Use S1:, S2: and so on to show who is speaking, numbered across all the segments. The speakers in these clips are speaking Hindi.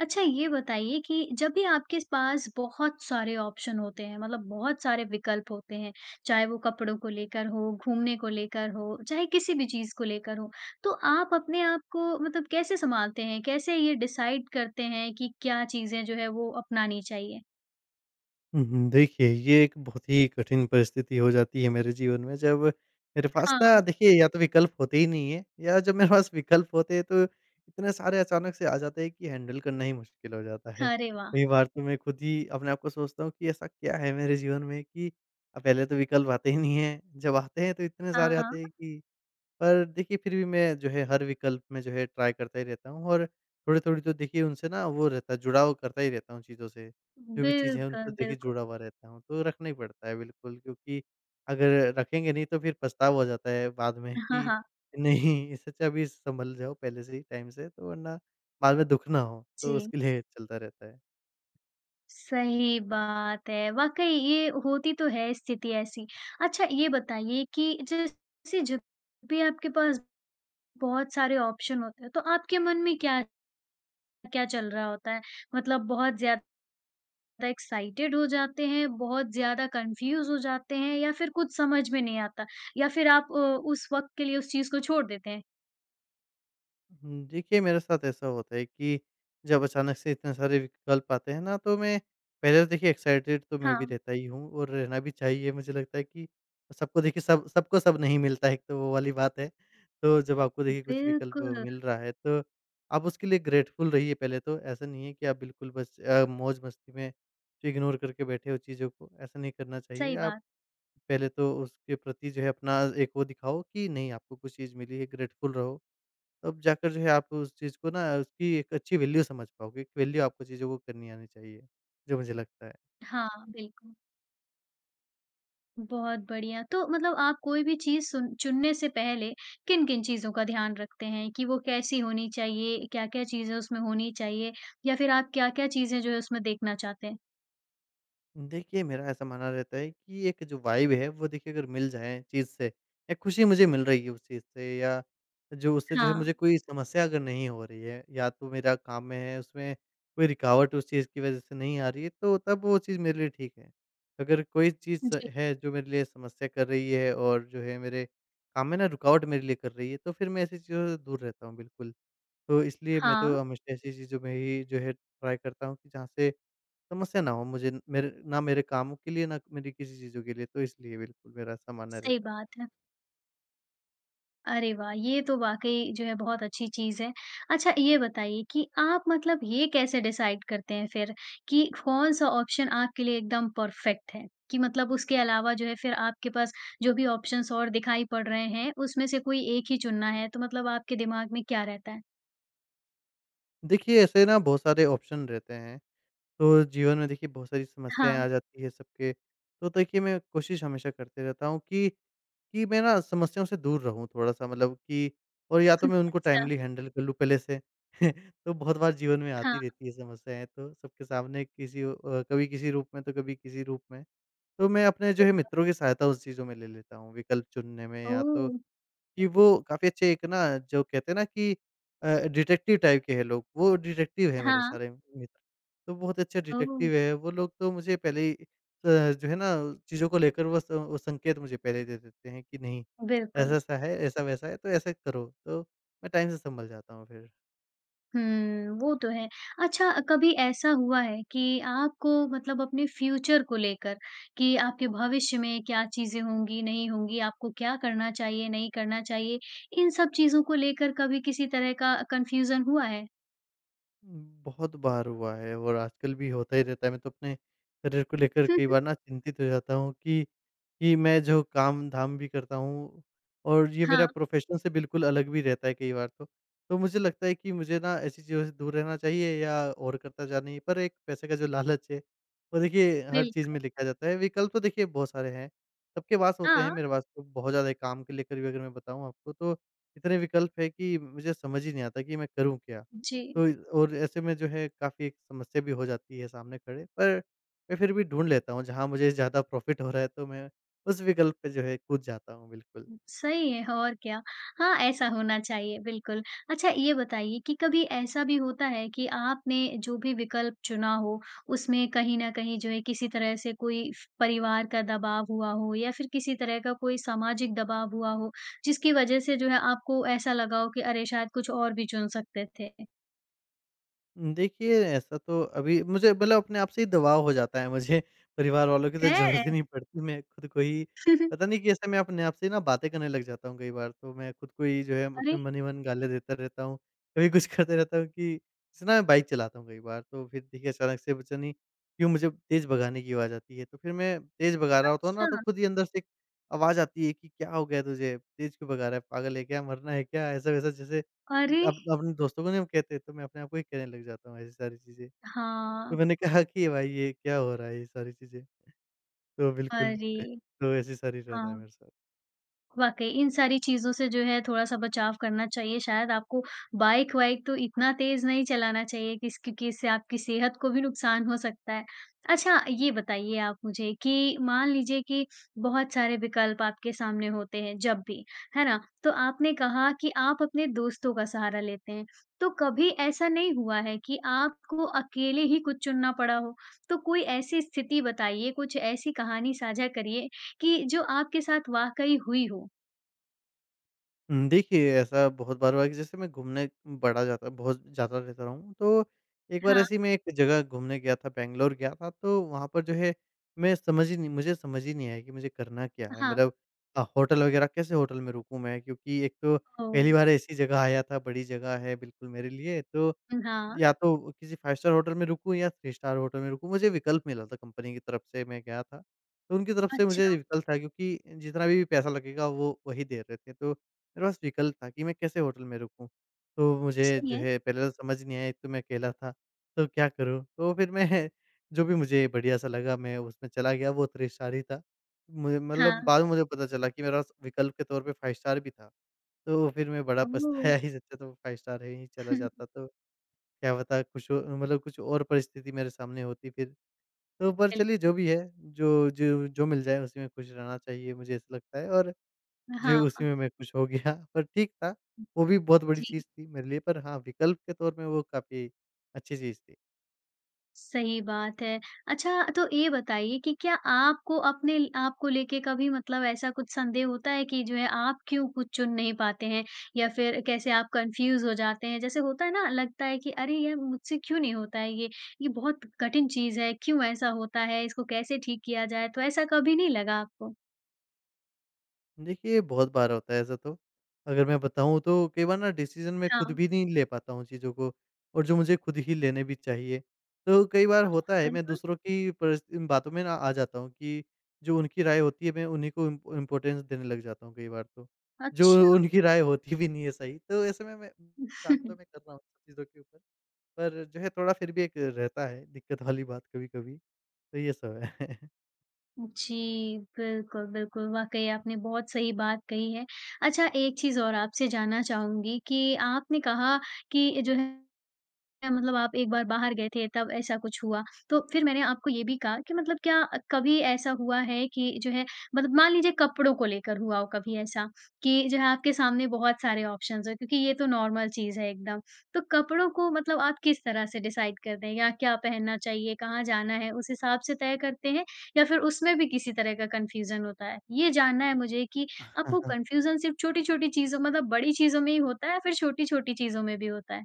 S1: अच्छा ये बताइए कि जब भी आपके पास बहुत सारे ऑप्शन होते हैं मतलब बहुत सारे विकल्प होते हैं, चाहे वो कपड़ों को लेकर हो, घूमने को लेकर हो, चाहे किसी भी चीज़ को लेकर हो, तो आप अपने आप को मतलब कैसे सँभालते हैं? कैसे ये डिसाइड करते हैं कि क्या चीज़ें जो है वो अपनानी चाहिए?
S2: हुँ, हुँ। देखिए, ये एक बहुत ही कठिन परिस्थिति हो जाती है मेरे जीवन में जब मेरे पास ना
S1: हाँ,
S2: देखिए या तो विकल्प होते ही नहीं है, या जब मेरे पास विकल्प होते हैं तो इतने सारे अचानक से आ जाते हैं कि हैंडल करना ही मुश्किल हो जाता है।
S1: अरे वाह!
S2: कई बार तो मैं खुद ही अपने आप को सोचता हूँ कि ऐसा क्या है मेरे जीवन में कि पहले तो विकल्प आते ही नहीं हैं, जब आते हैं तो इतने सारे
S1: हाँ,
S2: आते हैं कि। पर देखिए फिर भी मैं जो है हर विकल्प में जो है ट्राई करता ही रहता हूँ, और थोड़ी-थोड़ी तो देखिए उनसे ना वो रहता है जुड़ाव, करता ही रहता हूँ चीज़ों से। जो भी चीज़ है उनसे
S1: बिल्कुल,
S2: देखिए
S1: बिल्कुल।
S2: जुड़ा हुआ रहता हूँ, तो रखना ही पड़ता है बिल्कुल, क्योंकि अगर रखेंगे नहीं तो फिर पछतावा हो जाता है बाद में
S1: हाँ,
S2: कि
S1: हाँ।
S2: नहीं, इससे अच्छा अभी संभल जाओ पहले से ही टाइम से, तो वरना बाद में दुःख ना हो, तो
S1: जी।
S2: उसके लिए चलता रहता है।
S1: सही बात है। वाक़ई ये होती तो है स्थिति ऐसी। अच्छा ये बताइए कि जैसे जब भी आपके पास बहुत सारे ऑप्शन होते हैं, तो आपके मन में क्या-क्या चल रहा होता है? मतलब बहुत ज़्यादा एक्साइटेड हो जाते हैं, बहुत ज़्यादा कन्फ्यूज़ हो जाते हैं या फिर कुछ समझ में नहीं आता? या फिर आप उस वक़्त के लिए उस चीज़ को छोड़ देते हैं?
S2: देखिए मेरे साथ ऐसा होता है कि जब अचानक से इतने सारे विकल्प आते हैं ना तो मैं पहले तो देखिए एक्साइटेड तो मैं भी
S1: हाँ,
S2: रहता ही हूँ, और रहना भी चाहिए। मुझे लगता है कि सबको देखिए सब सबको सब नहीं मिलता है, एक तो वो वाली बात है। तो जब आपको देखिए कुछ विकल्प
S1: बिल्कुल,
S2: मिल रहा है तो आप उसके लिए ग्रेटफुल रहिए पहले तो। ऐसा नहीं है कि आप बिल्कुल बस मौज-मस्ती में इग्नोर करके बैठे हो चीज़ों को, ऐसा नहीं करना चाहिए।
S1: सही
S2: आप
S1: बात।
S2: पहले तो उसके प्रति जो है अपना एक वो दिखाओ कि नहीं, आपको कुछ चीज़ मिली है, ग्रेटफुल रहो। तब जाकर जो है आप उस चीज़ को ना उसकी एक अच्छी वैल्यू समझ पाओगे, एक वैल्यू आपको चीज़ों को करनी आनी चाहिए, जो मुझे लगता है।
S1: हाँ, बिल्कुल। बहुत बढ़िया। तो मतलब आप कोई भी चीज़ सुन चुनने से पहले किन-किन चीज़ों का ध्यान रखते हैं कि वो कैसी होनी चाहिए? क्या-क्या चीज़ें उसमें होनी चाहिए? या फिर आप क्या-क्या चीज़ें जो है उसमें देखना चाहते हैं?
S2: देखिए, मेरा ऐसा मानना रहता है कि एक जो वाइब है वो देखिए अगर मिल जाए चीज़ से, या खुशी मुझे मिल रही है उस चीज़ से, या जो उससे जो है
S1: हाँ,
S2: मुझे कोई समस्या अगर नहीं हो रही है, या तो मेरा काम में है उसमें कोई रुकावट उस चीज़ की वज़ह से नहीं आ रही है, तो तब वो चीज़ मेरे लिए ठीक है। अगर कोई चीज़
S1: जी।
S2: है जो मेरे लिए समस्या कर रही है और जो है मेरे काम में ना रुकावट मेरे लिए कर रही है, तो फिर मैं ऐसी चीज़ों से दूर रहता हूँ बिल्कुल। तो इसलिए मैं
S1: हाँ,
S2: तो हमेशा ऐसी चीज़ों में ही जो है ट्राई करता हूँ कि जहाँ से समस्या ना हो मुझे, मेरे ना मेरे कामों के लिए, ना मेरी किसी चीज़ों के लिए, तो इसलिए बिल्कुल मेरा ऐसा मानना
S1: सही
S2: रहता है।
S1: बात है। अरे वाह! ये तो वाक़ई जो है बहुत अच्छी चीज़ है। अच्छा ये बताइए कि आप मतलब ये कैसे डिसाइड करते हैं फिर कि कौन-सा ऑप्शन आपके लिए एकदम परफ़ेक्ट है? कि मतलब उसके अलावा जो है फिर आपके पास जो भी ऑप्शंस और दिखाई पड़ रहे हैं, उसमें से कोई एक ही चुनना है, तो मतलब आपके दिमाग में क्या रहता है?
S2: देखिए, ऐसे ना बहुत सारे ऑप्शन रहते हैं, तो जीवन में देखिए बहुत सारी समस्याएँ
S1: हाँ,
S2: आ जाती है सबके, तो देखिए मैं कोशिश हमेशा करते रहता हूँ कि मैं ना समस्याओं से दूर रहूँ थोड़ा-सा, मतलब कि और या तो मैं उनको
S1: अच्छा।
S2: टाइमली हैंडल कर लूँ पहले से। तो बहुत बार जीवन में आती
S1: हाँ,
S2: रहती है समस्याएँ, तो सबके सामने किसी कभी किसी रूप में तो कभी किसी रूप में। तो मैं अपने जो है
S1: बिल्कुल।
S2: मित्रों की सहायता उस चीज़ों में ले लेता हूँ, विकल्प चुनने में, या
S1: ओह!
S2: तो कि वो काफ़ी अच्छे एक ना, जो कहते हैं ना कि डिटेक्टिव टाइप के हैं लोग, वो डिटेक्टिव है मेरे
S1: हाँ,
S2: सारे मित्र। तो बहुत अच्छे
S1: ओह!
S2: डिटेक्टिव है, वो लोग तो मुझे पहले ही जो है ना चीज़ों को लेकर वो स वो संकेत मुझे पहले ही दे देते हैं कि नहीं,
S1: बिल्कुल।
S2: ऐसा-ऐसा है, ऐसा-वैसा है, तो ऐसा करो। तो मैं टाइम से संभल जाता हूँ फिर।
S1: हुँ, वो तो है। अच्छा कभी ऐसा हुआ है कि आपको मतलब अपने फ्यूचर को लेकर कि आपके भविष्य में क्या चीज़ें होंगी, नहीं होंगी, आपको क्या करना चाहिए, नहीं करना चाहिए, इन सब चीज़ों को लेकर कभी किसी तरह का कन्फ्यूज़न हुआ है?
S2: बहुत बार हुआ है और आजकल भी होता ही रहता है। मैं तो अपने करियर को लेकर
S1: हुँ,
S2: कई
S1: हुँ।
S2: बार ना चिंतित हो जाता हूँ कि मैं जो काम-धाम भी करता हूँ, और ये
S1: हाँ,
S2: मेरा प्रोफ़ेशन से बिल्कुल अलग भी रहता है कई बार तो। तो मुझे लगता है कि मुझे ना ऐसी चीज़ों से दूर रहना चाहिए या और करता जाना चाहिए, पर एक पैसे का जो लालच है, वो देखिए हर
S1: बिल
S2: चीज़ में लिखा जाता है। विकल्प तो देखिए बहुत सारे हैं, सबके पास होते हैं,
S1: हाँ,
S2: मेरे पास तो बहुत ज़्यादा है काम को लेकर भी, अगर मैं बताऊँ आपको तो इतने विकल्प हैं कि मुझे समझ ही नहीं आता कि मैं करूँ क्या?
S1: जी।
S2: और ऐसे में जो है काफ़ी एक समस्या भी हो जाती है सामने खड़े, पर मैं फिर भी ढूँढ लेता हूँ, जहाँ मुझे ज़्यादा प्रॉफ़िट हो रहा है तो मैं उस विकल्प पे जो है कूद जाता हूँ, बिल्कुल।
S1: सही है और क्या। हाँ, ऐसा होना चाहिए बिल्कुल। अच्छा ये बताइए कि कभी ऐसा भी होता है कि आपने जो भी विकल्प चुना हो, उसमें कहीं न कहीं जो है किसी तरह से कोई फ परिवार का दबाव हुआ हो या फिर किसी तरह का कोई सामाजिक दबाव हुआ हो, जिसकी वजह से जो है आपको ऐसा लगा हो कि अरे शायद कुछ और भी चुन सकते थे?
S2: देखिए, ऐसा तो अभी मुझे मतलब अपने आप से ही दबाव हो जाता है मुझे, परिवार वालों की तो
S1: है?
S2: ज़रूरत ही नहीं पड़ती, मैं खुद को ही पता नहीं कैसे मैं अपने आप से ना बातें करने लग जाता हूँ कई बार, तो मैं खुद को ही जो है
S1: अरे
S2: अपने मन ही मन गालियाँ देता रहता हूँ। कभी कुछ करते रहता हूँ कि जैसे ना मैं बाइक चलाता हूँ कई बार, तो फिर देखिए अचानक से पता नहीं क्यों मुझे तेज़ भगाने की आवाज़ आती है, तो फिर मैं तेज़ भगा रहा होता हूँ ना,
S1: अच्छा!
S2: तो खुद ही अंदर से एक आवाज़ आती है कि, "क्या हो गया तुझे? तेज़ क्यों भगा रहा है? पागल है क्या? मरना है क्या?" ऐसा-वैसा, जैसे
S1: अरे!
S2: अब अपने दोस्तों को नहीं हम कहते, तो मैं अपने आप को ही कहने लग जाता हूँ ऐसी सारी चीज़ें।
S1: हाँ,
S2: तो मैंने कहा कि भाई, ये क्या हो रहा है ये सारी चीज़ें, तो बिल्कुल,
S1: अरे!
S2: तो ऐसे सारी रहता है
S1: हाँ।
S2: मेरे साथ।
S1: वाक़ई, इन सारी चीज़ों से जो है थोड़ा-सा बचाव करना चाहिए शायद आपको, बाइक-वाइक तो इतना तेज़ नहीं चलाना चाहिए किस क्योंकि इससे आपकी सेहत को भी नुकसान हो सकता है। अच्छा ये बताइए आप मुझे कि मान लीजिए कि बहुत सारे विकल्प आपके सामने होते हैं जब भी, है ना? तो आपने कहा कि आप अपने दोस्तों का सहारा लेते हैं, तो कभी ऐसा नहीं हुआ है कि आपको अकेले ही कुछ चुनना पड़ा हो? तो कोई ऐसी स्थिति बताइए, कुछ ऐसी कहानी साझा करिए कि जो आपके साथ वाक़ई हुई हो।
S2: देखिए, ऐसा बहुत बार हुआ है कि जैसे मैं घूमने बड़ा जाता बहुत जाता रहता रहा हूँ, तो एक बार
S1: हाँ,
S2: ऐसे ही मैं एक जगह घूमने गया था, बैंगलोर गया था, तो वहाँ पर जो है मैं समझ ही नहीं मुझे समझ ही नहीं आया कि मुझे करना क्या है?
S1: हाँ,
S2: मतलब होटल वगैरह, कैसे होटल में रुकूँ मैं? क्योंकि एक तो
S1: ओह!
S2: पहली बार ऐसी जगह आया था, बड़ी जगह है बिल्कुल मेरे लिए, तो
S1: हाँ,
S2: या तो किसी 5 स्टार होटल में रुकूँ या 3 स्टार होटल में रुकूँ, मुझे विकल्प मिला था, कंपनी की तरफ से मैं गया था। तो उनकी तरफ से मुझे
S1: अच्छा,
S2: विकल्प था क्योंकि जितना भी पैसा लगेगा वो वही दे रहे थे, तो मेरे पास विकल्प था कि मैं कैसे होटल में रुकूँ? तो मुझे
S1: सही
S2: जो
S1: है।
S2: है पहले तो समझ नहीं आया, एक तो मैं अकेला था, तो क्या करूँ? तो फिर मैं जो भी मुझे बढ़िया-सा लगा मैं उसमें चला गया, वो 3 स्टार ही था। मुझे मतलब
S1: हाँ,
S2: बाद में मुझे पता चला कि मेरे पास विकल्प के तौर पे 5 स्टार भी था। तो फिर मैं बड़ा
S1: ओह!
S2: पछताया, इससे अच्छा तो 5 स्टार है ही चला जाता तो क्या पता कुछ ओ मतलब कुछ और परिस्थिति मेरे सामने होती फिर। तो पर चलिए,
S1: बिल्कुल,
S2: जो भी है, जो जो जो मिल जाए उसी में खुश रहना चाहिए मुझे ऐसा लगता है, और जी,
S1: हाँ,
S2: उसी में मैं खुश हो गया पर ठीक था, वो भी बहुत बड़ी
S1: जी,
S2: चीज़ थी मेरे लिए, पर हाँ, विकल्प के तौर में वो काफ़ी अच्छी चीज़ थी।
S1: सही बात है। अच्छा तो ये बताइए कि क्या आपको अपने आप को लेके कभी मतलब ऐसा कुछ संदेह होता है कि जो है आप क्यों कुछ चुन नहीं पाते हैं या फिर कैसे आप कन्फ्यूज़ हो जाते हैं? जैसे होता है ना लगता है कि अरे यार मुझसे क्यों नहीं होता है ये? ये बहुत कठिन चीज़ है, क्यों ऐसा होता है? इसको कैसे ठीक किया जाए? तो ऐसा कभी नहीं लगा आपको?
S2: देखिए, बहुत बार होता है ऐसा तो। अगर मैं बताऊँ तो कई बार ना डिसीज़न मैं
S1: हाँ,
S2: खुद भी नहीं ले पाता हूँ चीज़ों को, और जो मुझे खुद ही लेने भी चाहिए। तो कई बार
S1: हाँ,
S2: होता है मैं
S1: बिल्कुल,
S2: दूसरों की परिस बातों में ना आ जाता हूँ कि जो उनकी राय होती है मैं उन्हीं को इम इम्पोर्टेंस देने लग जाता हूँ कई बार तो। जो
S1: अच्छा।
S2: उनकी राय होती भी नहीं है सही। तो ऐसे में मैं काम तो मैं कर रहा हूँ सब चीज़ों के ऊपर, पर जो है थोड़ा फिर भी एक रहता है दिक्कत वाली बात कभी-कभी। तो ये सब है।
S1: जी, बिल्कुल, बिल्कुल, वाक़ई आपने बहुत सही बात कही है। अच्छा एक चीज़ और आपसे जानना चाहूँगी कि आपने कहा कि जो है क्या मतलब आप एक बार बाहर गए थे तब ऐसा कुछ हुआ। तो फिर मैंने आपको ये भी कहा कि मतलब क्या कभी ऐसा हुआ है कि जो है मतलब मान लीजिए कपड़ों को लेकर हुआ हो कभी ऐसा कि जो है आपके सामने बहुत सारे ऑप्शंस हो क्योंकि ये तो नॉर्मल चीज़ है एकदम। तो कपड़ों को मतलब आप किस तरह से डिसाइड करते हैं या क्या पहनना चाहिए, कहाँ जाना है उस हिसाब से तय करते हैं या फिर उसमें भी किसी तरह का कन्फ्यूज़न होता है? ये जानना है मुझे कि आपको कन्फ्यूज़न सिर्फ़ छोटी-छोटी चीज़ों मतलब बड़ी चीज़ों में ही होता है या फिर छोटी-छोटी चीज़ों में भी होता है?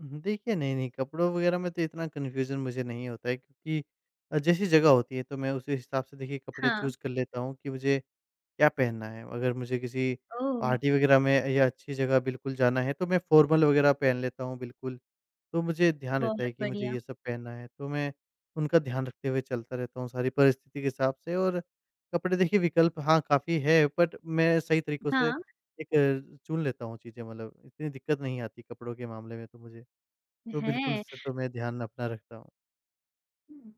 S2: देखिए नहीं-नहीं कपड़ों वगैरह में तो इतना कन्फ्यूज़न मुझे नहीं होता है, क्योंकि जैसी जगह होती है तो मैं उसी हिसाब से देखिए कपड़े
S1: हाँ।
S2: चूज़ कर लेता हूँ कि मुझे क्या पहनना है। अगर मुझे किसी
S1: ओह!
S2: पार्टी वगैरह में या अच्छी जगह बिल्कुल जाना है तो मैं फ़ॉर्मल वगैरह पहन लेता हूँ बिल्कुल। तो मुझे ध्यान
S1: बहुत
S2: रहता है कि मुझे
S1: बढ़िया।
S2: ये सब पहनना है, तो मैं उनका ध्यान रखते हुए चलता रहता हूँ सारी परिस्थिति के हिसाब से, और कपड़े देखिए विकल्प हाँ, काफ़ी है, बट मैं सही तरीकों से
S1: हाँ,
S2: एक चुन लेता हूँ चीज़ें, मतलब इतनी दिक्कत नहीं आती कपड़ों के मामले में तो मुझे। तो बिल्कुल
S1: है।
S2: इससे तो मैं ध्यान अपना रखता हूँ।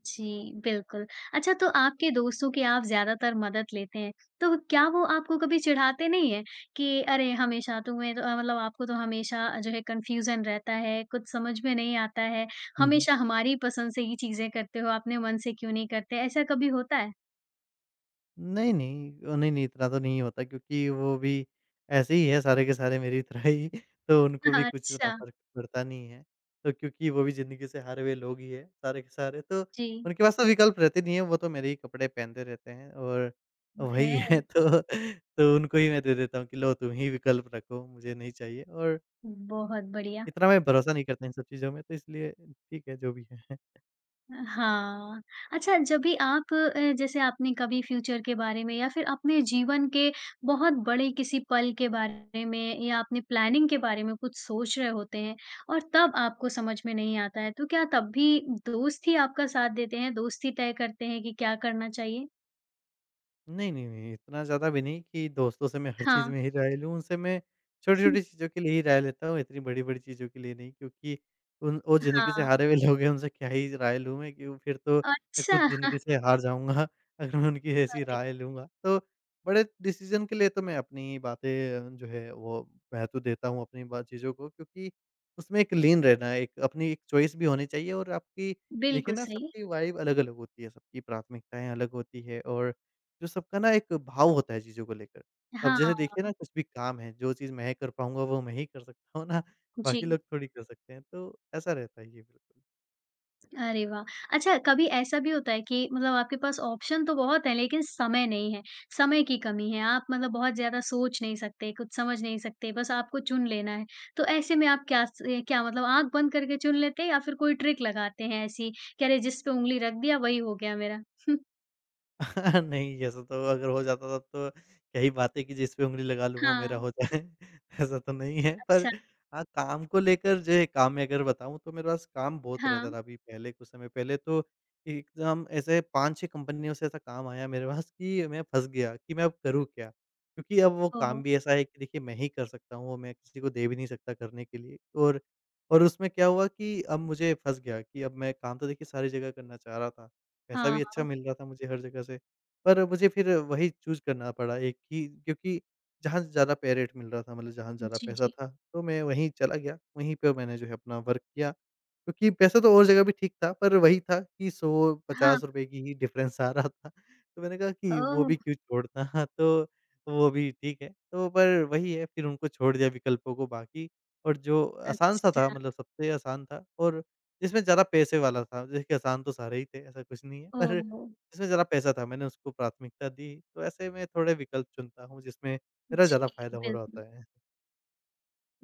S1: जी, बिल्कुल। अच्छा तो आपके दोस्तों की आप ज़्यादातर मदद लेते हैं, तो क्या वो आपको कभी चिढ़ाते नहीं हैं कि अरे! हमेशा तुम्हें तो मतलब आपको तो हमेशा जो है कन्फ्यूज़न रहता है, कुछ समझ में नहीं आता है,
S2: हुँ, हुँ।
S1: हमेशा हमारी पसंद से ही चीज़ें करते हो, अपने मन से क्यों नहीं करते? ऐसा कभी होता है?
S2: नहीं, नहीं नहीं, नहीं इतना तो नहीं होता, क्योंकि वो भी ऐसे ही है सारे के सारे मेरी तरह ही तो उनको भी कुछ इतना
S1: अच्छा,
S2: फ़र्क पड़ता नहीं है। तो क्योंकि वो भी ज़िंदगी से हारे हुए लोग ही हैं सारे के सारे, तो
S1: जी,
S2: उनके पास तो विकल्प रहते नहीं है, वो तो मेरे ही कपड़े पहनते रहते हैं और वही
S1: है।
S2: है तो उनको ही मैं दे देता हूँ कि लो तुम ही विकल्प रखो मुझे नहीं चाहिए, और
S1: बहुत बढ़िया।
S2: इतना मैं भरोसा नहीं करता इन सब चीज़ों में, तो इसलिए ठीक है जो भी है।
S1: हाँ, अच्छा जब भी आप जैसे आपने कभी फ्यूचर के बारे में या फिर अपने जीवन के बहुत बड़े किसी पल के बारे में या अपने प्लानिंग के बारे में कुछ सोच रहे होते हैं और तब आपको समझ में नहीं आता है, तो क्या तब भी दोस्त ही आपका साथ देते हैं, दोस्त ही तय करते हैं कि क्या करना चाहिए?
S2: नहीं, नहीं, नहीं, इतना ज़्यादा भी नहीं कि दोस्तों से मैं हर चीज़
S1: हाँ,
S2: में ही राय लूँ। उनसे मैं छोटी-छोटी चीज़ों के लिए ही राय लेता हूँ, इतनी बड़ी-बड़ी चीज़ों के लिए नहीं, क्योंकि उन वो ज़िंदगी से
S1: हाँ,
S2: हारे हुए लोग हैं। उनसे क्या ही राय लूँ मैं, क्यों? फिर तो मैं
S1: अच्छा
S2: खुद ज़िंदगी से हार जाऊँगा अगर मैं उनकी ऐसी
S1: अरे!
S2: राय लूँगा। तो बड़े डिसीज़न के लिए तो मैं अपनी बातें, जो है, वो महत्व देता हूँ अपनी बा चीज़ों को, क्योंकि उसमें एक लीन रहना, एक अपनी एक चॉइस भी होनी चाहिए, और आपकी
S1: बिल्कुल
S2: देखिए ना,
S1: सही।
S2: सबकी वाइब अलग-अलग होती है, सबकी प्राथमिकताएँ अलग होती है, और जो सबका ना एक भाव होता है चीज़ों को लेकर। अब
S1: हाँ,
S2: जैसे देखिए ना, कुछ भी काम है, जो चीज़ मैं कर पाऊँगा वो मैं ही कर सकता हूँ ना, बाकी
S1: जी।
S2: लोग थोड़ी कर सकते हैं। तो ऐसा रहता है ये, बिल्कुल।
S1: अरे वाह! अच्छा कभी ऐसा भी होता है कि मतलब आपके पास ऑप्शन तो बहुत है लेकिन समय नहीं है, समय की कमी है, आप मतलब बहुत ज़्यादा सोच नहीं सकते, कुछ समझ नहीं सकते, बस आपको चुन लेना है। तो ऐसे में आप क्या मतलब आँख बंद करके चुन लेते हैं या फिर कोई ट्रिक लगाते हैं ऐसी कि अरे जिस पे ऊँगली रख दिया वही हो गया मेरा?
S2: नहीं, ऐसा तो अगर हो जाता तब तो क्या ही बात है कि जिस पे उँगली लगा लूँ वो
S1: हाँ,
S2: मेरा हो जाए। ऐसा तो नहीं है। पर
S1: अच्छा,
S2: हाँ, काम को लेकर, जो है काम में अगर बताऊँ, तो मेरे पास काम बहुत
S1: हाँ,
S2: रहता था अभी, पहले कुछ समय पहले तो एकदम ऐसे 5-6 कंपनियों से ऐसा काम आया मेरे पास कि मैं फँस गया कि मैं अब करूँ क्या? क्योंकि अब वो
S1: ओह!
S2: काम भी ऐसा है कि देखिए मैं ही कर सकता हूँ, वो मैं किसी को दे भी नहीं सकता करने के लिए। और और उसमें क्या हुआ कि अब मुझे फँस गया कि अब मैं काम तो देखिए सारी जगह करना चाह रहा था, पैसा भी
S1: हाँ,
S2: अच्छा मिल रहा था मुझे हर जगह से। पर मुझे फिर वही चूज़ करना पड़ा एक ही, क्योंकि जहाँ ज़्यादा पे रेट मिल रहा था, मतलब जहाँ ज़्यादा
S1: जी,
S2: पैसा
S1: जी।
S2: था, तो मैं वहीं चला गया, वहीं पे मैंने, जो है, अपना वर्क किया। क्योंकि पैसा तो और जगह भी ठीक था, पर वही था कि
S1: हाँ,
S2: 100-50 रुपए की ही डिफ़रेंस आ रहा था। तो मैंने कहा कि वो भी
S1: ओह!
S2: क्यों छोड़ना? हाँ, तो वो भी ठीक है। तो पर वही है, फिर उनको छोड़ दिया विकल्पों को बाकी, और जो आसान सा था,
S1: अच्छा,
S2: मतलब सबसे आसान था, और जिसमें ज़्यादा पैसे वाला था। देखिए, आसान तो सारे ही थे, ऐसा कुछ नहीं है, पर
S1: ओह!
S2: जिसमें ज़रा पैसा था मैंने उसको प्राथमिकता दी। तो ऐसे मैं थोड़े विकल्प चुनता हूँ जिसमें मेरा ज़्यादा
S1: जी,
S2: फ़ायदा हो रहा
S1: बिल्कुल।
S2: होता है।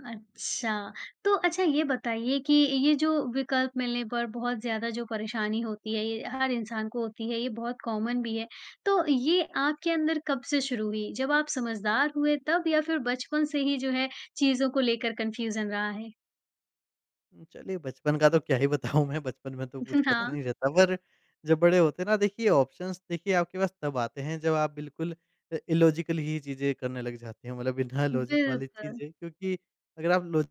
S1: अच्छा, तो अच्छा ये बताइए कि ये जो विकल्प मिलने पर बहुत ज़्यादा जो परेशानी होती है, ये हर इंसान को होती है, ये बहुत कॉमन भी है। तो ये आपके अंदर कब से शुरू हुई? जब आप समझदार हुए तब या फिर बचपन से ही जो है चीज़ों को लेकर कन्फ्यूज़न रहा है?
S2: चलिए बचपन का तो क्या ही बताऊँ, मैं बचपन में तो कुछ पता
S1: हाँ,
S2: नहीं रहता। पर जब बड़े होते हैं ना, देखिए ऑप्शंस देखिए आपके पास तब आते हैं जब आप बिल्कुल इलॉजिकल ही चीज़ें करने लग जाते हैं, मतलब बिना लॉजिक वाली
S1: बिल्कुल।
S2: चीज़ें। क्योंकि अगर आप लॉ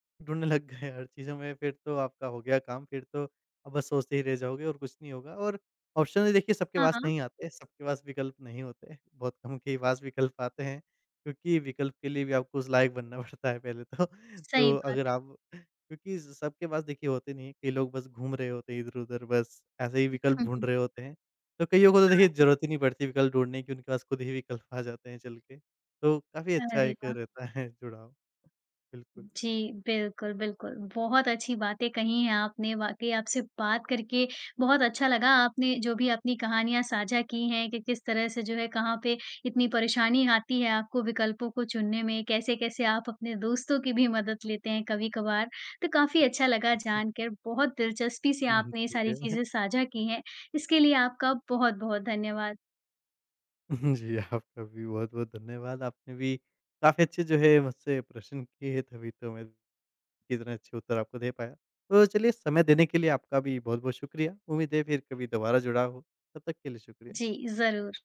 S2: ढूँढने लग गए हर चीज़ों में, फिर तो आपका हो गया काम। फिर तो अब बस सोचते ही रह जाओगे और कुछ नहीं होगा। और ऑप्शन भी देखिए सबके
S1: हाँ,
S2: पास
S1: हाँ,
S2: नहीं आते, सबके पास विकल्प नहीं होते, बहुत कम के ही पास विकल्प आते हैं, क्योंकि विकल्प के लिए भी आपको उस लायक बनना पड़ता है पहले तो।
S1: सही
S2: तो अगर
S1: बात है।
S2: आप, क्योंकि स सबके पास देखिए होते नहीं हैं, कई लोग बस घूम रहे होते हैं इधर-उधर, बस ऐसे ही विकल्प
S1: हुँ, हुँ।
S2: ढूँढ रहे होते हैं। तो कइयों को तो देखिए ज़रूरत ही नहीं पड़ती विकल्प ढूँढने की, उनके पास खुद ही विकल्प आ जाते हैं चल के। तो काफ़ी अच्छा
S1: अरे
S2: एक
S1: वाह!
S2: रहता है जुड़ाव। बिल्कुल।
S1: जी, बिल्कुल, बिल्कुल। बहुत अच्छी बातें कही हैं आपने, वाक़ई आपसे बात करके बहुत अच्छा लगा। आपने जो भी अपनी कहानियाँ साझा की हैं कि किस तरह से जो है कहाँ पे इतनी परेशानी आती है आपको विकल्पों को चुनने में, कैसे-कैसे आप अपने दोस्तों की भी मदद लेते हैं कभी-कभार। तो काफ़ी अच्छा लगा जानकर, बहुत दिलचस्पी से
S2: हुँ, हुँ,
S1: आपने ये
S2: ठीक
S1: सारी
S2: है।
S1: चीज़ें साझा की हैं। इसके लिए आपका बहुत-बहुत धन्यवाद।
S2: जी, आपका भी बहुत-बहुत धन्यवाद। आपने भी काफ़ी अच्छे, जो है, मुझसे प्रश्न किए, तभी तो मैं इतने अच्छे उत्तर आपको दे पाया। तो चलिए, समय देने के लिए आपका भी बहुत-बहुत शुक्रिया। उम्मीद है फिर कभी दोबारा जुड़ा हो। तब तक के लिए शुक्रिया।
S1: जी, ज़रूर।